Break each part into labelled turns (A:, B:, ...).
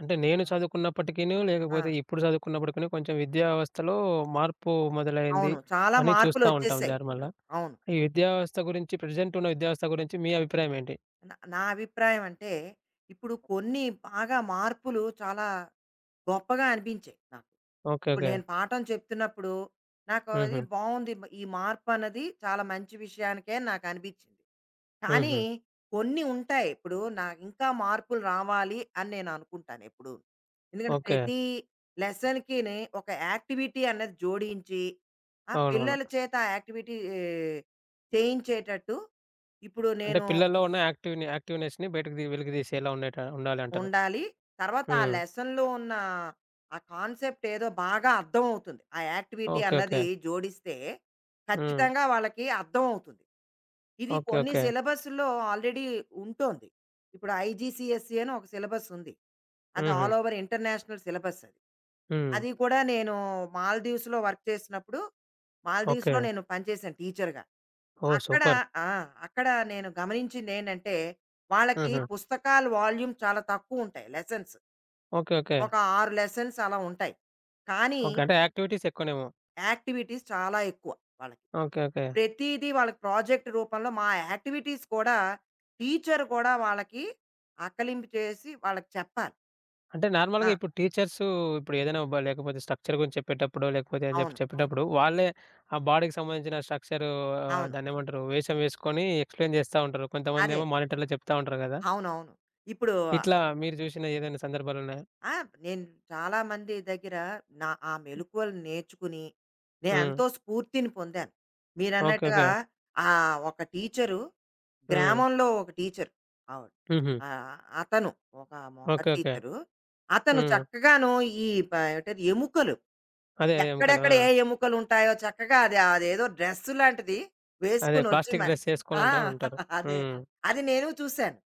A: అంటే నేను చదువుకున్నప్పటికీను,
B: ఆ!
A: లేకపోతే ఇప్పుడు చదువుకున్నప్పటికీను కొంచెం విద్యా వ్యవస్థలో మార్పు మొదలైంది
B: అవును. చాలా
A: అని చూస్తా ఉంటాం
B: మార్పులొచ్చేసాయి
A: జారుమల్ల.
B: ఇప్పుడు. అవును.
A: ఈ విద్యా వ్యవస్థ గురించి ప్రెజెంట్ ఉన్న విద్యా వ్యవస్థ గురించి మీ అభిప్రాయం ఏంటి?
B: నా నా అభిప్రాయం అంటే, ఇప్పుడు కొన్ని బాగా మార్పులు చాలా గొప్పగా అనిపించాయి నాకు.
A: ఓకే.
B: ఇప్పుడు
A: ఓకే.
B: నేను పాఠం చెప్తున్నప్పుడు నాకు అది
A: హుహు.
B: బావుంది. ఈ మార్పన్నది చాలా మంచి విషయానికే నాకనిపిచ్చింది. కానీ
A: హుహు.
B: కొన్ని ఉంటాయి. ఇప్పుడు ఇంకా మార్పులు రావాలి అని నేననుకుంటాను ఎప్పుడూ. ఎందుకంటే
A: ఓకే.
B: ప్రతి లెసన్‌కిని ఒక యాక్టివిటీ అన్నది జోడించి, ఆ
A: అవునవును.
B: పిల్లల చేత ఆ యాక్టివిటీ చేయించేటట్టు ఇప్పుడు
A: అంటే
B: నేను
A: పిల్లల్లో ఉన్న యాక్టివ్‌ని యాక్టివ్‌నెస్‌ని బయటకు వెలికి తీసేలా ఉండాలంటారు.
B: ఉండాలి. తర్వాత ఆ
A: హ్మ్.
B: లెసన్‌లో ఉన్న ఆ కాన్సెప్ట్ ఏదో బాగా అర్థమవుతుంది. ఆ యాక్టివిటీ
A: ఓకే. ఓకే.
B: అన్నది జోడిస్తే
A: హ్మ్.
B: ఖచ్చితంగా వాళ్ళకి అర్థమవుతుంది. ఇది
A: ఓకే.
B: కొన్ని
A: ఓకే.
B: సిలబస్‌లో ఆల్రెడీ ఉంటోంది. ఇప్పుడు ఐజీసీఎస్‌ఈ అని ఒక సిలబస్ ఉంది. అది
A: హుహు.
B: ఆల్ ఓవర్ ఇంటర్నేషనల్ సిలబస్ అది.
A: హ్మ్.
B: అది కూడా నేను మాల్దీవ్స్‌లో వర్క్ చేసినప్పుడు
A: ఓకే.
B: మాల్దీవ్స్‌లో నేను పనిచేశాను టీచర్‌గా.
A: ఓహ్!
B: అక్కడ
A: సూపర్.
B: ఆ! అక్కడ నేను గమనించిందేంటంటే వాళ్ళకి
A: హుహు.
B: పుస్తకాల వాల్యూమ్ చాలా తక్కువుంటాయి లెసన్స్.
A: ఓకే. ఓకే.
B: ఒక 6 లెసన్స్ అలా ఉంటాయి. కానీ
A: ఓకే. అంటే యాక్టివిటీస్ ఎక్కువనేమో.
B: యాక్టివిటీస్ చాలా ఎక్కువ వాళ్ళకి.
A: ఓకే. ఓకే.
B: ప్రతీదీ వాళ్ళకి ప్రాజెక్ట్ రూపంలో మా యాక్టివిటీస్ కూడా టీచర్ కూడా వాళ్ళకి ఆకలింపు చేసి వాళ్ళకి చెప్పాలి.
A: అంటే
B: ఆ!
A: నార్మల్‌గా ఇప్పుడు టీచర్సు ఇప్పుడు ఏదైనా లేకపోతే స్ట్రక్చర్ గురించి చెప్పేటప్పుడో, లేకపోతే అని చెప్పి
B: అవును.
A: చెప్పేటప్పుడు వాళ్ళే ఆ బాడీకి సంబంధించిన స్ట్రక్చరు
B: అవును.
A: దాన్నేమంటారు వేషం వేసుకొని ఎక్స్‌ప్లెయిన్ చేస్తా ఉంటారు.
B: అదే.
A: కొంతమందేమో మానిటర్‌లో చెప్తా ఉంటారు గదా!
B: అవునవును. ఇప్పుడు
A: ఇట్లా మీరు చూసిన ఏదైనా సందర్భాలున్నాయా?
B: ఆ! నేను చాలామంది దగ్గర ఆ మెళకువలు నేర్చుకుని,
A: హ్మ్.
B: నేనెంతో స్ఫూర్తిని పొందాను.
A: ఓకే.
B: మీరన్నట్టుగా
A: ఓకే.
B: ఒక టీచరు
A: హ్మ్.
B: గ్రామంలో ఒక టీచరు ఆవిడ.
A: హుహు.
B: అతను ఒక మగ
A: ఓకే. ఓకే.
B: టీచరు. అతను
A: హ్మ్.
B: చక్కగాను ఈ ప ఏమిటది ఎముకలు
A: అదే. అదే ఎముకలు.
B: ఎక్కడెక్కడ
A: ఆ!
B: ఏ ఎముకలుంటాయో చక్కగా అది అదేదో డ్రెస్ లాంటిది
A: అదే
B: వేసుకొనొచ్చి
A: ప్లాస్టిక్
B: మరి
A: డ్రెస్ ఏసుకొని
B: ఆ!
A: ఉంటా ఉంటారు.
B: అదే.
A: హ్మ్.
B: అది నేను చూసాను.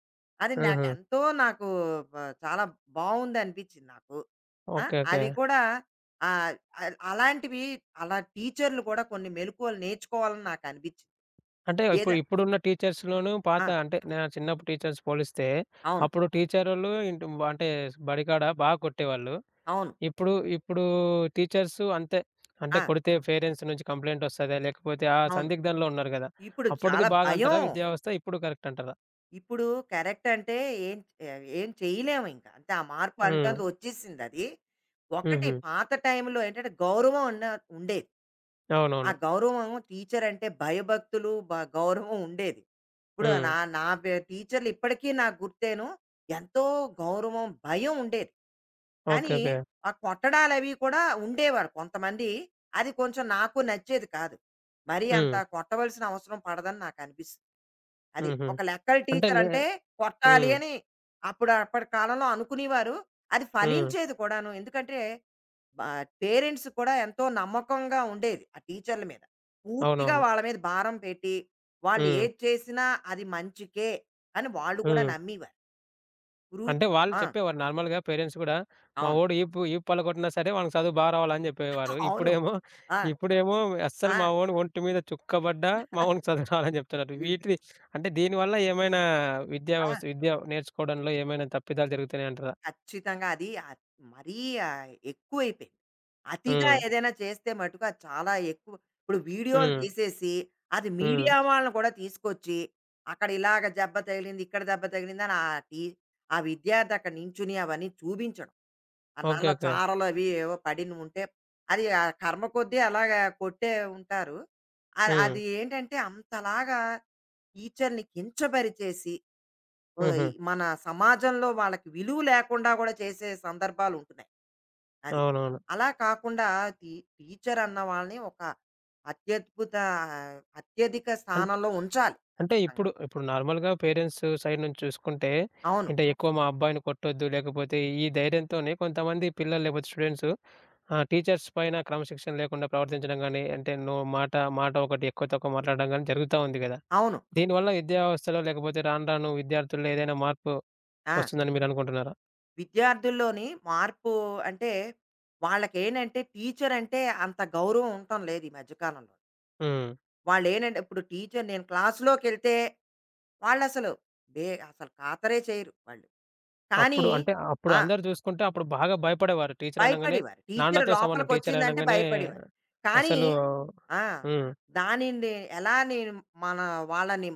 B: అది
A: హుహు.
B: నాకెంతో నాకు బ చాలా బావుందనిపించింది నాకు. ఆ!
A: ఓకే. ఓకే.
B: అవి కూడా ఆహ్, అల్ అలాంటివి అలా టీచర్‌లు కూడా కొన్ని మెళకువలు నేర్చుకోవాలని నాకనిపించింది.
A: అంటే
B: ఏద
A: ఇప్పుడున్న టీచర్స్‌లోనూ పాత
B: ఆ!
A: అంటే నా చిన్నప్పుడు టీచర్స్ పోలిస్తే,
B: అవును.
A: అప్పుడు టీచరోళ్ళు ఇంటు అంటే బడికాడ బాగా కొట్టేవాళ్ళు.
B: అవును.
A: ఇప్పుడు ఇప్పుడు టీచర్స్ అంతే. అంటే
B: ఆ!
A: కొడితే పేరెంట్స్ నుంచి కంప్లెయింట్ ఒస్తదా? లేకపోతే ఆ
B: అవును.
A: సందిగ్ధంలో ఉన్నారు గదా!
B: ఇప్పుడు
A: అప్పటిది
B: చాలా భయం.
A: బాగంటారా విద్యా వ్యవస్థ? ఇప్పుడు కరెక్ట్ అంటారా?
B: ఇప్పుడు కరెక్ట్ అంటే ఏం ఏం చేయలేము ఇంకా. అంటే ఆ మార్పు
A: హ్మ్.
B: అంటంది వచ్చేసిందది. ఒకటి
A: హుహు.
B: పాత టైంలో ఏంటంటే గౌరవం ఉన్న ఉండేది. ఆ
A: అవునవును.
B: గౌరవం టీచర్ అంటే భయభక్తులు, గౌరవం ఉండేది. ఇప్పుడు
A: హ్మ్.
B: నా నా బె టీచర్‌లు ఇప్పటికీ నాకు గుర్తేను ఎంతో గౌరవం, భయం ఉండేది.
A: ఓకే.
B: కానీ
A: ఓకే.
B: ఆ కొట్టడాలవి కూడా ఉండేవారు కొంతమంది. అది కొంచెం నాకు నచ్చేది కాదు. మరీ అంత
A: హ్మ్.
B: కొట్టవలసిన అవసరం పడదని నాకనిపిస్తుంది. అది
A: హుహు.
B: ఒక లెక్కల
A: అంటే
B: టీచర్
A: నే
B: అంటే కొట్టాలి
A: హ్మ్.
B: అని అప్పటి కాలంలో అనుకునేవారు. అది
A: హ్మ్.
B: ఫలించేది కూడాను. ఎందుకంటే పేరెంట్స్ కూడా ఎంతో నమ్మకంగా ఉండేది ఆ టీచర్ల మీద. పూర్తిగా
A: అవునవును.
B: వాళ్ళ మీద భారం పెట్టి, వాళ్ళు
A: హ్మ్.
B: ఏది చేసినా అది మంచికే అని వాళ్ళు కూడా
A: హ్మ్.
B: నమ్మేవారు. గురువు
A: అంటే వాళ్ళు
B: ఆ!
A: చెప్పేవారు నార్మల్‌గా పేరెంట్స్ గూడా, మా
B: అవును.
A: వోడు ఈపు ఈపు పలగొట్టినా సరే వానికి చదువు బా రావాలని జెప్పేవారు.
B: అవును.
A: ఇప్పుడేమో
B: ఆ!
A: ఇప్పుడేమో
B: ఆ!
A: అస్సలు మా వోడు ఒంటి మీద చుక్క బడ్డా మా వోనికి చదువు రావాలని జెప్తున్నారు.
B: ఇవి
A: వీటిది అంటే దీనివల్ల ఏమైనా విద్యా
B: ఆ!
A: వ్యవస్థ విద్య నేర్చుకోవడంలో ఏమైనా తప్పిదాలు జరుగుతున్నాయంటారా?
B: ఖచ్చితంగా అది మరీ ఎక్కువైపోయింది. అతిగా
A: హ్మ్.
B: ఏదైనా చేస్తే మటుకు అది చాలా ఎక్కువ. ఇప్పుడు వీడియోలు
A: హ్మ్.
B: తీసేసి, అది
A: హ్మ్. హ్మ్.
B: మీడియా వాళ్ళని కూడా తీసుకొచ్చి, అక్కడ ఇలాగ దెబ్బ తగిలింది, ఇక్కడ దెబ్బ తగిలిందని ఆ విద్యార్థి అక్కడ నించుని అవన్నీ చూపించడం. ఆ
A: ఓకే.
B: నల్ల
A: ఓకే.
B: చారలు అవి ఏవో పడినవి ఉంటే, అది ఆ కర్మ కొద్దీ అలాగా కొట్టే ఉంటారు. అది
A: హ్మ్.
B: అది ఏంటంటే అంతలాగా టీచర్‌ని కించపరిచేసి ఈ
A: హుహు.
B: మన సమాజంలో వాళ్ళకి విలువ లేకుండా కూడా చేసే సందర్భాలు ఉంటున్నాయి. అది.
A: అవునవును.
B: అలా కాకుండా టీ టీచర్ అన్న వాళ్ళని ఒక అత్యద్భుత అత్యధిక
A: అన్
B: స్థానంలో ఉంచాలి.
A: అంటే
B: ఖచ్చితంగా.
A: ఇప్పుడు నార్మల్‌గా పేరెంట్స్ సైడ్ నుంచి చూసుకుంటే,
B: అవును.
A: అంటే ఎక్కువ మా అబ్బాయిని కొట్టొద్దు, లేకపోతే ఈ ధైర్యంతోనే కొంతమంది పిల్లలు లేకపోతే స్టూడెంట్స్ టీచర్స్ పైన క్రమశిక్షణ లేకుండా ప్రవర్తించడం గాని, అంటే నో మాట మాట ఒకటి ఎక్కువ తక్కువ మాట్లాడడం గాని జరుగుతా ఉంది గదా!
B: అవును.
A: దీనివల్ల విద్యా వ్యవస్థలో లేకపోతే రాను రాను విద్యార్థుల్లో ఏదైనా మార్పు
B: ఆ!
A: వస్తుందని మీరు అనుకుంటున్నారా?
B: విద్యార్థుల్లోని మార్పు అంటే వాళ్ళకేంటంటే టీచర్ అంటే అంత గౌరవం ఉండటం లేదు ఈ మధ్య కాలంలో.
A: హ్మ్.
B: వాళ్ళేంటంటే ఇప్పుడు టీచర్ నేను క్లాస్‌లోకెళ్తే వాళ్ళసలు బే అసలు ఖాతరే చేయరు వాళ్ళు. కానీ
A: అంటే అప్పుడు
B: ఆ!
A: అందరూ చూసుకుంటే అప్పుడు బాగా భయపడేవారు. టీచర్ అనంగానే
B: భయపడేవారు. టీచర్
A: నాన్నతో సమానం. టీచర్
B: లోపలికొచ్చిందంటే
A: అనంగానే
B: భయపడేవారు. కానీ
A: అసలు
B: ఆ!
A: హ్మ్.
B: దానిని ఎలా నేను మన వాళ్ళని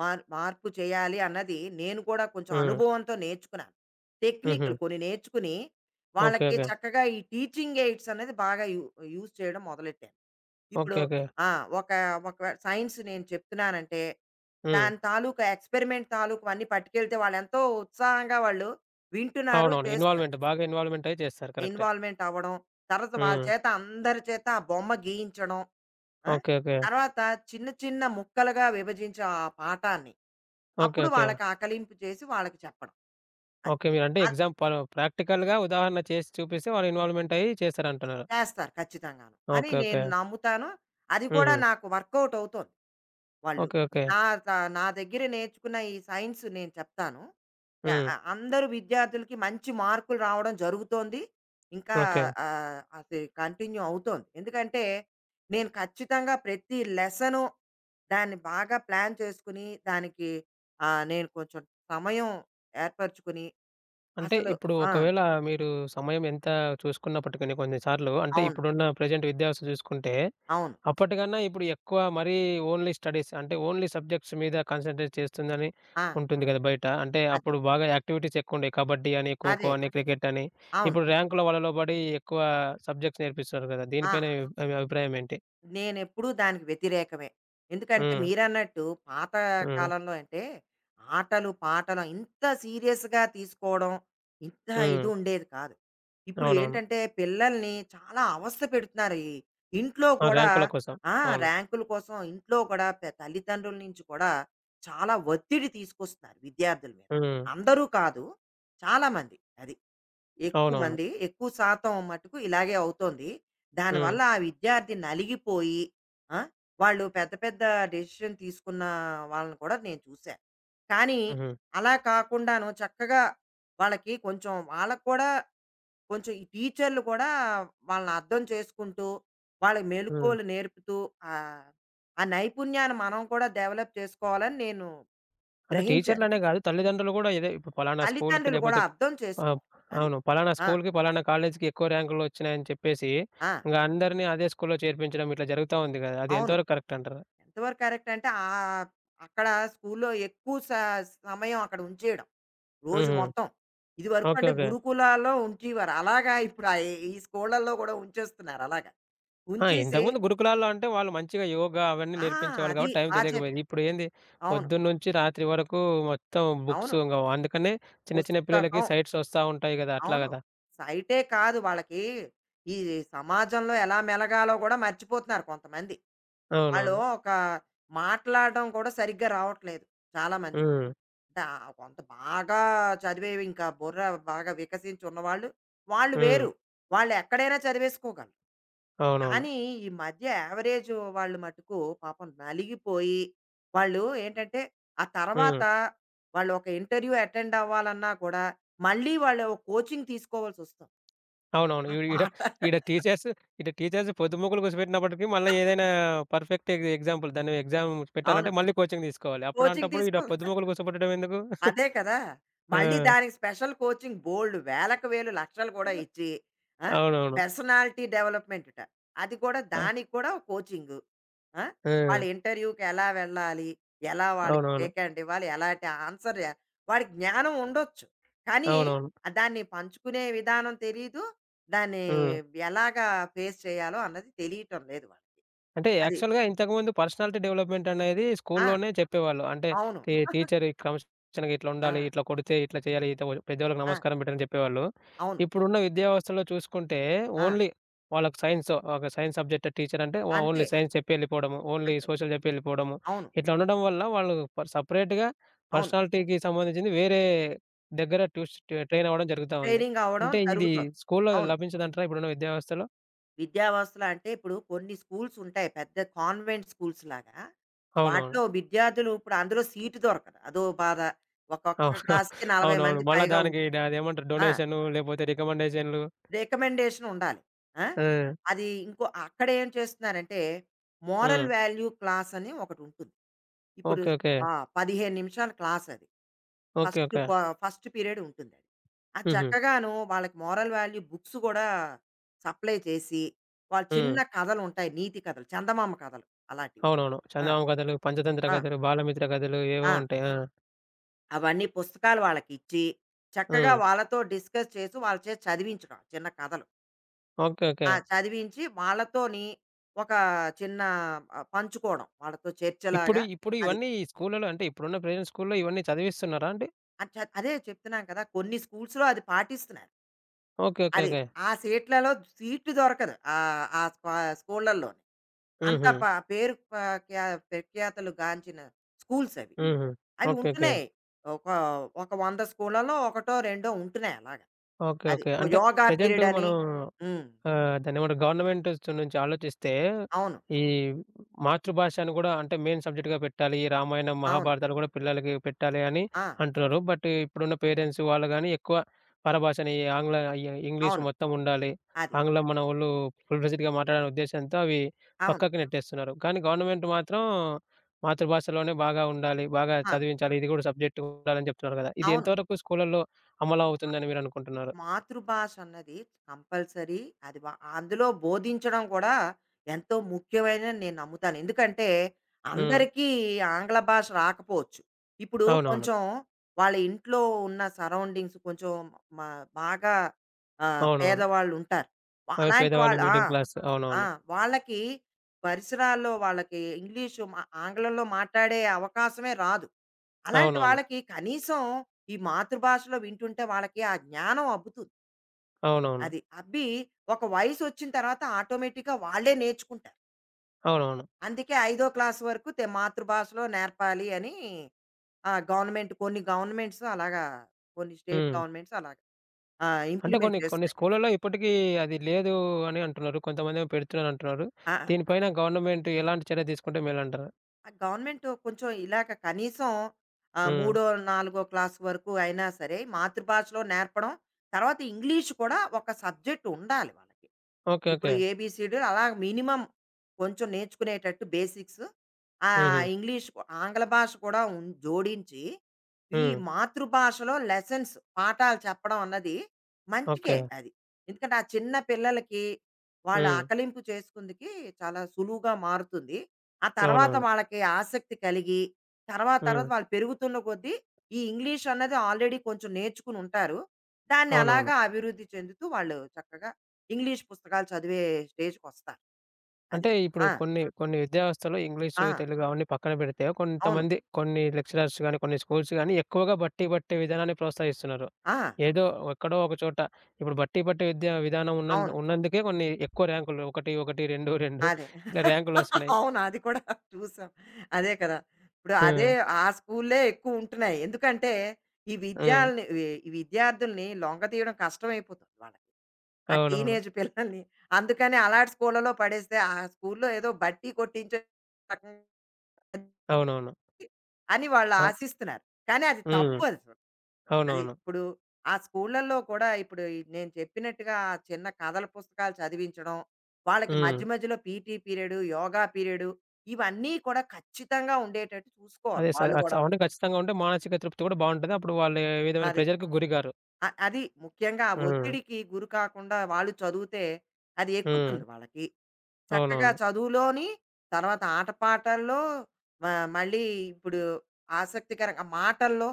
B: మార్పు చేయాలి అన్నది నేను కూడా కొంచెం
A: హ్మ్.
B: అనుభవంతో నేర్చుకున్నాను.
A: హుహు.
B: టెక్నిక్‌లు కొన్ని నేర్చుకుని,
A: ఓకే.
B: వాళ్ళకి
A: ఓకే.
B: చక్కగా ఈ టీచింగ్ ఎయిడ్స్ అనేది బాగా యూజ్ చేయడం మొదలెట్టాను.
A: ఓకే.
B: ఇప్పుడు
A: ఓకే.
B: ఆ! ఒక ఒక సైన్స్ నేను చెప్తున్నానంటే,
A: హ్మ్.
B: దాని తాలూకా ఎక్స్‌పెరిమెంట్ తాలూకు అన్నీ పట్టుకెళ్తే వాళ్ళెంతో ఉత్సాహంగా వాళ్ళు వింటున్నారు,
A: అవునవును.
B: చేస్తున్నారు.
A: ఇన్వాల్వ్‌మెంట్ బాగా ఇన్వాల్వ్‌మెంట్ అయ్యి చేస్తారు. కరెక్టే.
B: ఇన్వాల్వ్‌మెంట్ అవ్వడం. తర్వాత వాళ్ళ
A: హ్మ్.
B: చేత అందరి చేత ఆ బొమ్మ గీయించడం. ఆ!
A: ఓకే. ఓకే.
B: తర్వాత చిన్న చిన్న ముక్కలుగా విభజించి ఆ పాఠాన్ని.
A: ఓకే.
B: అప్పుడు
A: ఓకే.
B: వాళ్ళకి ఆకలింపు చేసి వాళ్ళకి చెప్పడం. అది.
A: ఓకే. మీరంటే
B: అది
A: ఎగ్జామ్ ప ప్రాక్టికల్‌గా ఉదాహరణ చేసి చూపిస్తే వాళ్ళు ఇన్వాల్వ్‌మెంట్ అయ్యి చేశారంటున్నారు.
B: చేస్తారు ఖచ్చితంగాను. అని
A: ఓకే.
B: నేను
A: ఓకే.
B: నమ్ముతాను. అది కూడా
A: హుహు.
B: నాకు వర్కౌట్ అవుతోంది. వాళ్ళు.
A: ఓకే. ఓకే.
B: నా త నా దగ్గర నేర్చుకున్న ఈ సైన్స్ నేను చెప్తాను.
A: హ్మ్.
B: అందరూ విద్యార్థులకి మంచి మార్కులు రావడం జరుగుతోంది. ఇంకా
A: ఓకే.
B: అది కంటిన్యూ అవుతోంది. ఎందుకంటే, నేను ఖచ్చితంగా ప్రతి లెసను దాన్ని బాగా ప్లాన్ చేసుకుని, దానికి నేను కొంచెం సమయం ఏర్పరచుకుని
A: అంటే
B: అసలు
A: ఇప్పుడు
B: ఆ!
A: ఒకవేళ మీరు సమయం ఎంత చూసుకున్నప్పటికీని కొన్ని సార్లు అంటే
B: అవును.
A: ఇప్పుడున్న ప్రెజెంట్ విద్యావస్థ చూసుకుంటే
B: అవును.
A: అప్పటికన్నా ఇప్పుడు ఎక్కువ మరీ ఓన్లీ స్టడీస్ అంటే ఓన్లీ సబ్జెక్ట్స్ మీద కాన్సంట్రేట్ చేస్తుందని
B: ఆ!
A: ఉంటుంది కదా బయట. అంటే
B: అదే.
A: అప్పుడు బాగా యాక్టివిటీస్ ఎక్కువుండేయి. కబడ్డీ అని, ఖోఖో
B: అదే.
A: అని, క్రికెట్ అని.
B: అవును.
A: ఇప్పుడు ర్యాంకుల వలలో పడి ఎక్కువ సబ్జెక్ట్స్ నేర్పిస్తున్నారు కదా!
B: ఆ!
A: దీనిపైన మీ అవును. మీ అభిప్రాయం ఏంటి?
B: నేనెప్పుడూ దానికి వ్యతిరేకమే. ఎందుకంటే
A: హ్మ్.
B: మీరన్నట్టు పాత
A: హ్మ్.
B: కాలంలో అంటే ఆటలు, పాటలు ఇంత సీరియస్‌గా తీసుకోవడం, ఇంత ఇది
A: హ్మ్.
B: ఉండేది కాదు. ఇప్పుడు
A: అవునవును.
B: ఏంటంటే పిల్లల్ని చాలా అవస్థ పెడుతున్నారు. ఈ ఇంట్లో
A: ఆ!
B: కూడా
A: ర్యాంకుల కోసం.
B: ఆ!
A: అవును.
B: ర్యాంకుల కోసం ఇంట్లో కూడా తల్లిదండ్రుల నుంచి కూడా చాలా ఒత్తిడి తీసుకొస్తున్నారు విద్యార్థుల మీద.
A: హ్మ్.
B: అందరూ కాదు చాలామంది. అది. ఎక్కువ
A: అవునవును.
B: మంది, ఎక్కువ శాతం మట్టుకు ఇలాగే అవుతోంది.
A: హ్మ్.
B: దానివల్ల ఆ విద్యార్థి నలిగిపోయి ఆ! వాళ్ళు పెద్ద పెద్ద డెసిషన్ తీసుకున్న వాళ్ళని కూడా నేను చూశాను. కానీ
A: హుహు.
B: అలా కాకుండాను చక్కగా వాళ్ళకి కూడా కొంచెం ఈ టీచర్‌లు కూడా వాళ్ళని అర్థం చేసుకుంటూ, వాళ్ళకి
A: హ్మ్.
B: మెళకువలు నేర్పుతూ ఆహ్, ఆ నైపుణ్యాన్ని మనం కూడా డెవలప్ చేసుకోవాలని నేను
A: అంటే
B: గ్రహించాను.
A: టీచర్‌లనే కాదు తల్లిదండ్రులు కూడా ఇదే ఇప్పుడు పలానా స్కూల్‌కి
B: తల్లిదండ్రులు కూడా
A: లేకపోతే
B: అర్థం
A: ఆ!
B: చేసుకోవాలి. అది.
A: అవును. పలానా
B: ఆ!
A: స్కూలుకి, పలానా కాలేజీకి ఎక్కువ ర్యాంకులొచ్చినాయని చెప్పేసి,
B: ఆ!
A: ఇంగ అందరిని అదే స్కూలులో చేర్పించడం ఇట్లా జరుగుతా ఉంది గదా! అది
B: అవును.
A: ఎంతవరకు కరెక్ట్ అంటారు?
B: ఎంతవరకు కరెక్ట్ అంటే అక్కడ స్కూల్లో ఎక్కువ సమయం అక్కడ ఉంచేయడం. రోజు
A: హుహు.
B: మొత్తం. ఇదివరకు
A: ఓకే.
B: అంటే
A: ఓకే.
B: గురుకులాల్లో ఉంచేవారు. అలాగా ఇప్పుడు ఈ స్కూళ్ళల్లో కూడా ఉంచేస్తున్నారు అలాగా.
A: ఆ!
B: ఉంచేసి
A: ఇంతకుముందు గురుకులాల్లో అంటే వాళ్ళు మంచిగా యోగా అవన్నీ
B: ఆ!
A: నేర్పించేవాళ్ళు
B: అది
A: కాబట్టి టైం
B: బా
A: తెలియకపోయేది.
B: చెప్పారు.
A: ఇప్పుడేంది
B: అవును.
A: పొద్దున్నుంచి రాత్రి వరకు మొత్తం బుక్స్
B: అవును.
A: ఇంగ అందుకనే చిన్న చిన్న పిల్లలకి
B: పుస్తకం.
A: సైట్స్ వస్తా ఉంటాయి గదా! అట్లా
B: అవును.
A: గదా!
B: సైటే కాదు వాళ్ళకి ఈ సమాజంలో ఎలా మెలగాలో కూడా మర్చిపోతున్నారు కొంతమంది. వాళ్ళు
A: అవునవును.
B: ఒక మాట్లాడడం కూడా సరిగ్గా రావట్లేదు చాలా మందికి.
A: హ్మ్.
B: అంటే ఆ కొంత బాగా చదివేవి ఇంకా బుర్ర బాగా వికసించి ఉన్నవాళ్ళు, వాళ్ళు
A: హ్మ్.
B: వేరు. వాళ్ళు ఎక్కడైనా చదివేసుకోగలరు.
A: అవునవును.
B: కానీ ఈ మధ్య యావరేజ్ వాళ్ళు మట్టుకు పాపం నలిగిపోయి, వాళ్ళు ఏంటంటే ఆ తర్వాత
A: హ్మ్.
B: వాళ్ళు ఒక ఇంటర్వ్యూ అటెండ్ అవ్వాలన్నా కూడా మళ్ళీ వాళ్ళు కోచింగ్ తీసుకోవాల్సొస్తుంది.
A: అవునవును.
B: ఆ
A: ఈడ ఈడ
B: పాట
A: ఈడ టీచర్స్ ఈడ టీచర్స్ పొద్దుమూకులు కూర్చోబెట్టినప్పటికి మళ్ళీ ఏదైనా పర్ఫెక్ట్ ఎగ్జాంపుల్ దాన్ని
B: అవును.
A: పెట్టాలంటే మళ్ళీ కోచింగ్ తీసుకోవాలి.
B: కోచింగ్
A: అప్పుడంటప్పుడు ఈడ
B: తీసుకో
A: పొద్దుమూకులు కూర్చోబెట్టడం ఎందుకు?
B: అదే కదా!
A: ఆ!
B: మళ్ళీ దానికి స్పెషల్ కోచింగ్ బోలెడు వేలకు వేలు, లక్షలు కూడా ఇచ్చి ఆ!
A: అవునవును.
B: పర్సనాలిటీ డెవలప్‌మెంటట. అది కూడా
A: ఆ!
B: దానికి కూడా కోచింగు. ఆ!
A: ఆ!
B: వాళ్ళ ఇంటర్వ్యూకి ఎలా వెళ్ళాలి? ఎలా వాళ్ళకి
A: అవునవును.
B: టేక్ హ్యాండ్ ఇవ్వాలి? ఎలాంటి ఆన్సర్ వాడికి జ్ఞానం ఉండొచ్చు. కానీ
A: అవునవును.
B: ఆ దాన్ని పంచుకునే విధానం తెలీదు. దాన్ని
A: హ్మ్.
B: ఎలాగా ఫేస్ చేయాలో అన్నది తెలియటం లేదు వాళ్ళకి.
A: అంటే
B: అది.
A: యాక్చువల్‌గా ఇంతకుముందు పర్సనాలిటీ డెవలప్‌మెంట్ అనేది
B: ఆ!
A: స్కూల్లోనే చెప్పేవాళ్ళు. అంటే
B: అవును.
A: టీ టీచర్ క్రమశిక్షణగా ఇట్లా
B: ఆ!
A: ఉండాలి, ఇట్లా కొడితే ఇట్లా చేయాలి, ఇట్లా పెద్దవాళ్ళకి
B: ఆ!
A: నమస్కారం పెట్టని చెప్పేవాళ్ళు.
B: అవును.
A: ఇప్పుడున్న విద్యా వ్యవస్థలో చూసుకుంటే
B: ఆ!
A: ఓన్లీ వాళ్ళకి సైన్స్ ఒక సైన్స్ సబ్జెక్ట్ టీచర్ అంటే
B: అంతే.
A: ఓన్లీ సైన్స్ చెప్పి ఎళ్ళిపోవడము, ఓన్లీ
B: అంతే.
A: సోషల్ చెప్పి ఎళ్ళిపోవడము.
B: అవును.
A: ఇట్లా ఉండడం వల్ల వాళ్ళు సెపరేట్‌గా
B: అవును.
A: పర్సనాలిటీకి సంబంధించింది వేరే దగ్గర ట్రైన్ అవ్వడం జరుగుతా ఉంది.
B: ట్రైనింగ్ అవ్వడం
A: అంటే ఇది
B: జరుగుతోంది.
A: స్కూల్‌లో
B: అవును.
A: లభించదంటారా ఇప్పుడున్న విద్యా వ్యవస్థలో?
B: విద్యావస్థలు అంటే ఇప్పుడు కొన్ని స్కూల్స్ ఉంటాయి. పెద్ద కాన్వెంట్ స్కూల్స్ లాగా.
A: అవునవును.
B: వాటిలో విద్యార్థులు ఇప్పుడు అందులో సీటు దొరకదు. అదో బాధ. ఒక్కొక్క
A: అవును.
B: క్లాస్‌కి 40
A: అవునవును.
B: మంది
A: మళ్ళా
B: పైగా
A: దానికి
B: ఉంటుంది.
A: అదేమంటారు
B: ఆ!
A: డొనేషను లేపోతే రికమెండేషన్‌లు.
B: రికమెండేషన్ ఉండాలి. ఆ!
A: ఆ!
B: అది ఇంకో అక్కడేం చేస్తున్నారంటే మోరల్
A: హ్మ్.
B: వాల్యూ క్లాస్ అని ఒకటుంటుంది. ఇప్పుడు
A: ఓకే. ఓకే.
B: ఆ! 15 నిమిషాల క్లాసది.
A: ఓకే.
B: First
A: okay.
B: ప ఫస్ట్ పీరియడ్ ఉంటుందది. అది ఆ
A: హుహు.
B: చక్కగాను వాళ్ళకి మోరల్ వాల్యూ బుక్స్ గూడా సప్లై చేసి, వాళ్ళు చిన్న
A: హ్మ్.
B: కథలుంటాయి. నీతి కథలు, చందమామ కథలు అలాంటివి.
A: అవునవును.
B: ఆ!
A: చందమామ కథలు, పంచతంత్ర
B: ఆ!
A: కథలు, బాలమిత్ర కథలు ఏవో
B: ఆ!
A: ఉంటాయి. ఆ!
B: అవన్నీ పుస్తకాలు వాళ్ళకిచ్చి, చక్కగా
A: హ్మ్.
B: వాళ్ళతో డిస్కస్ చేసి, వాళ్ళ చేత చదివించడం ఆ చిన్న కథలు.
A: ఓకే. ఓకే.
B: చదివించి వాళ్ళతోని ఒక చిన్న పంచుకోవడం. వాళ్ళతో
A: ఇప్పుడు
B: చర్చలాగా
A: ఇప్పుడు
B: అది.
A: ఇవన్నీ ఈ స్కూళ్ళలో అంటే ఇప్పుడున్న ప్రెజెంట్ స్కూల్లో ఇవన్నీ చదివిస్తున్నారా అండి?
B: అది చ అదే చెప్తున్నాను కదా! కొన్ని స్కూల్స్‌లో అది పాటిస్తున్నారు.
A: ఓకే. ఓకే.
B: అది.
A: ఓకే.
B: ఆ సీట్లలో సీటు దొరకదు. ఆహ్, ఆ స్కా స్కూళ్ళల్లోని. అంత
A: హుహు.
B: ప పేరు ప క్యా ప్రఖ్యాతులు గాంచిన స్కూల్స్ అవి.
A: హుహు.
B: అవి
A: ఓకే. ఓకే.
B: ఉంటున్నాయి. ఒక, ఒక 100 స్కూళ్ళలో ఒకటో, రెండో ఉంటున్నాయి అలాగా.
A: ఓకే.
B: అది.
A: ఓకే.
B: ఓ
A: అంటే
B: యోగా
A: ప్రెజెంటు
B: పీరియడ్ అని.
A: మనం
B: హ్మ్.
A: ఆ! దాన్నేమంటారు గవర్నమెంట్ స్ నుంచి ఆలోచిస్తే,
B: అవును.
A: ఈ మాతృభాషను గూడా అంటే మెయిన్ సబ్జెక్ట్‌గా పెట్టాలి. ఈ రామాయణం,
B: అవును.
A: మహాభారతాలు గూడా పిల్లలకి పెట్టాలి అని
B: ఆ!
A: అంటున్నారు. బట్ ఇప్పుడున్న పేరెంట్స్ వాళ్ళు గాని ఎక్కువ పరభాషని ఆంగ్ల ఈ ఇంగ్లీష్
B: అవును.
A: మొత్తం ఉండాలి.
B: అది.
A: ఆంగ్లం మనోళ్ళు ఫుల్‌ఫ్లెడ్జెడ్‌గా మాట్లాడాలనే ఉద్దేశ్యంతో అవి
B: అవును.
A: పక్కకు నెట్టేస్తున్నారు. కానీ గవర్నమెంట్ మాత్రం మాతృభాషలోనే బాగా ఉండాలి. బాగా
B: అవును.
A: చదివించాలి. ఇది గూడా సబ్జెక్ట్ ఉండాలని చెప్తున్నారు గదా! ఇది
B: అవును.
A: ఎంతవరకు స్కూళ్ళలో అమలవుతుందని మీరనుకుంటున్నారు?
B: మాతృభాష అన్నది కంపల్సరీ. అది వా అందులో బోధించడం కూడా ఎంతో ముఖ్యమైనదని నేను నమ్ముతాను. ఎందుకంటే
A: హ్మ్.
B: అందరికీ ఆంగ్ల భాష రాకపోవచ్చు. ఇప్పుడు
A: అవునవును.
B: కొంచెం వాళ్ళ ఇంట్లో ఉన్న సరౌండింగ్స్ కొంచెం మా బాగా
A: అవునవును.
B: పేదవాళ్ళుంటారు.
A: అవి
B: అలాంటి
A: పేదవాళ్ళు
B: వాళ్ళు ఆ!
A: Middle class.
B: ఆ!
A: అవునవును.
B: వాళ్ళకి పరిసరాల్లో వాళ్ళకి ఇంగ్లీషు మా ఆంగ్లంలో మాట్లాడే అవకాశమే రాదు. అలాంటి
A: అవునవును.
B: వాళ్ళకి కనీసం ఈ మాతృభాషలో వింటుంటే వాళ్ళకి ఆ జ్ఞానం అబ్బుతుంది.
A: అవునవును.
B: అది. ఒక వయసొచ్చిన తర్వాత ఆటోమేటిక్‌గా వాళ్ళే నేర్చుకుంటారు.
A: అవునవును.
B: అందుకే ఐదో క్లాస్ వరకు మాతృభాషలో నేర్పాలి అని ఆహ్, గవర్నమెంట్ కొన్ని గవర్నమెంట్స్ అలాగా కొన్ని స్టేట్
A: హ్మ్.
B: గవర్నమెంట్స్ అలాగా
A: అంటే
B: ఇంప్లిమెంట్
A: కొన్ని కొన్ని
B: చేస్తున్నాయి.
A: స్కూళ్ళలో ఇప్పటికీ అది లేదు అని అంటున్నారు. కొంతమందేమో పెడుతున్నారంటున్నారు.
B: ఆ!
A: దీనిపైన గవర్నమెంట్ ఎలాంటి చర్య తీసుకుంటే మేలంటారు?
B: ఆ గవర్నమెంట్ కొంచెం ఇలాగ కనీసం
A: హ్మ్.
B: మూడో, నాలుగో క్లాస్ వరకు అయినా సరే మాతృభాషలో నేర్పడం. తర్వాత ఇంగ్లీష్ కూడా ఒక సబ్జెక్ట్ ఉండాలి వాళ్ళకి.
A: ఓకే.
B: ఇప్పుడు
A: ఓకే.
B: ఏబీసీడీ అలా మినిమమ్ కొంచెం నేర్చుకునేటట్టు బేసిక్స్. ఆ
A: హుహు.
B: ఇంగ్లీష్, ఆంగ్ల భాష కూడా జోడించి, ఈ
A: హ్మ్.
B: మాతృభాషలో లెసన్స్ పాఠాలు చెప్పడం అన్నది మంచికే
A: ఓకే.
B: అది. ఎందుకంటే ఆ చిన్న పిల్లలకి వాళ్ళ
A: హ్మ్.
B: ఆకలింపు చేసుకుందుకి చాలా సులువుగా మారుతుంది. ఆ తర్వాత
A: అవునవును.
B: వాళ్ళకి ఆసక్తి కలిగి, తర్వాత తర్వాత
A: హ్మ్.
B: వాళ్ళు పెరుగుతున్న కొద్దీ ఈ ఇంగ్లీష్ అన్నది ఆల్రెడీ కొంచెం నేర్చుకుని ఉంటారు. దాన్ని
A: అవునవును.
B: అలాగా అభివృద్ధి చెందుతూ వాళ్ళు చక్కగా ఇంగ్లీష్ పుస్తకాలు చదివే స్టేజ్‌కొస్తారు. అది.
A: అంటే ఇప్పుడు
B: ఆ!
A: కొన్ని కొన్ని విద్యా వ్యవస్థలో ఇంగ్లీషు,
B: ఆ!
A: తెలుగు అవన్నీ పక్కన పెడితే
B: అవును.
A: కొంతమంది కొన్ని లెక్చరర్స్ గాని, కొన్ని స్కూల్స్ గాని ఎక్కువగా బట్టి పట్టే విధానాన్ని ప్రోత్సహిస్తున్నారు.
B: ఆ!
A: ఏదో ఎక్కడో ఒక చోట ఇప్పుడు బట్టి పట్టే విద్యా విధానం
B: అవును.
A: ఉన్నందుకే కొన్ని ఎక్కువ ర్యాంకులు 1, 1, 2, 2
B: అదే.
A: ఇట్లా ర్యాంకులు వస్తున్నాయి.
B: అవును. అది కూడా చూసాం. అదే కదా! ఇప్పుడు అదే
A: హ్మ్.
B: ఆ స్కూల్లే ఎక్కువుంటున్నాయి. ఎందుకంటే, ఈ
A: హ్మ్.
B: విద్యాల్ని వి విద్యార్థుల్ని లొంగదీయడం కష్టమైపోతుంది వాళ్ళకి. ఆ
A: అవునవును.
B: టీనేజ్ పిల్లల్ని. అందుకని అలాంటి స్కూళ్ళలో పడేస్తే, ఆ స్కూల్లో ఏదో బట్టీ కొట్టించే రకం
A: అవునవును.
B: అని వాళ్ళు
A: ఆ!
B: ఆశిస్తున్నారు. కానీ అది
A: హ్మ్.
B: తప్పు అది. అది
A: అవునవును.
B: ఇప్పుడు ఆ స్కూళ్ళల్లో కూడా ఇప్పుడు ఈ నేను చెప్పినట్టుగా ఆ చిన్న కథల పుస్తకాలు చదివించడం, వాళ్ళకి
A: హ్మ్.
B: మధ్య మధ్యలో పీటీ పీరియడ్, యోగా పీరియడ్ ఇవన్నీ కూడా ఖచ్చితంగా ఉండేటట్టు చూసుకోవాలి
A: అదే స
B: వాళ్ళు
A: అచ్
B: గూడాను.
A: అవన్నీ ఖచ్చితంగా ఉంటే మానసిక తృప్తి కూడా బావుంటది. అప్పుడు వాళ్ళు ఏ విధమైన
B: అది.
A: ప్రెషర్‌కి గురిగారు.
B: అది ముఖ్యంగా ఆ
A: హ్మ్.
B: ఒత్తిడికి గురి కాకుండా వాళ్ళు చదివితే అది
A: హ్మ్.
B: ఎక్కుతుంది వాళ్ళకి చక్కగా
A: అవునవును.
B: చదువులోని తర్వాత ఆటపాటల్లో మళ్ళీ ఇప్పుడు ఆసక్తికరంగా మాటల్లో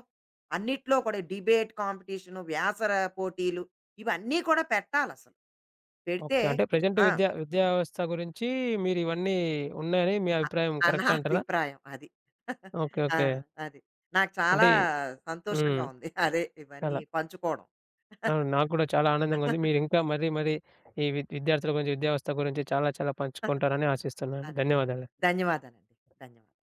B: అన్నిట్లో కూడా డిబేట్ కాంపిటీషను పోటీలు ఇవన్నీ కూడా పెట్టాలి అసలు పెడితే
A: ఓకే. అంటే ప్రెజెంట్
B: ఆ,
A: విద్యా విద్యా వ్యవస్థ గురించి మీరివన్నీ ఉన్నాయని మీ
B: అ-
A: అభిప్రాయం
B: ఆ నా
A: కరెక్టే అంటారా?
B: అభిప్రాయం అది
A: ఓకే.
B: ఆ,
A: ఓకే.
B: అది నాకు చాలా
A: అంటే హ్మ్.
B: సంతోషంగా ఉంది అదే ఇవన్నీ
A: చాలా
B: పంచుకోవడం
A: అవును. నాకు కూడా చాలా ఆనందంగా ఉంది. మీరింకా మరీ మరీ ఈ విద్యార్థుల గురించి, విద్యా వ్యవస్థ గురించి చాలా చాలా పంచుకుంటారని ఆశిస్తున్నాను.
B: అదే.
A: ధన్యవాదాలు.
B: ధన్యవాదాలండి. ధన్యవాదాలు.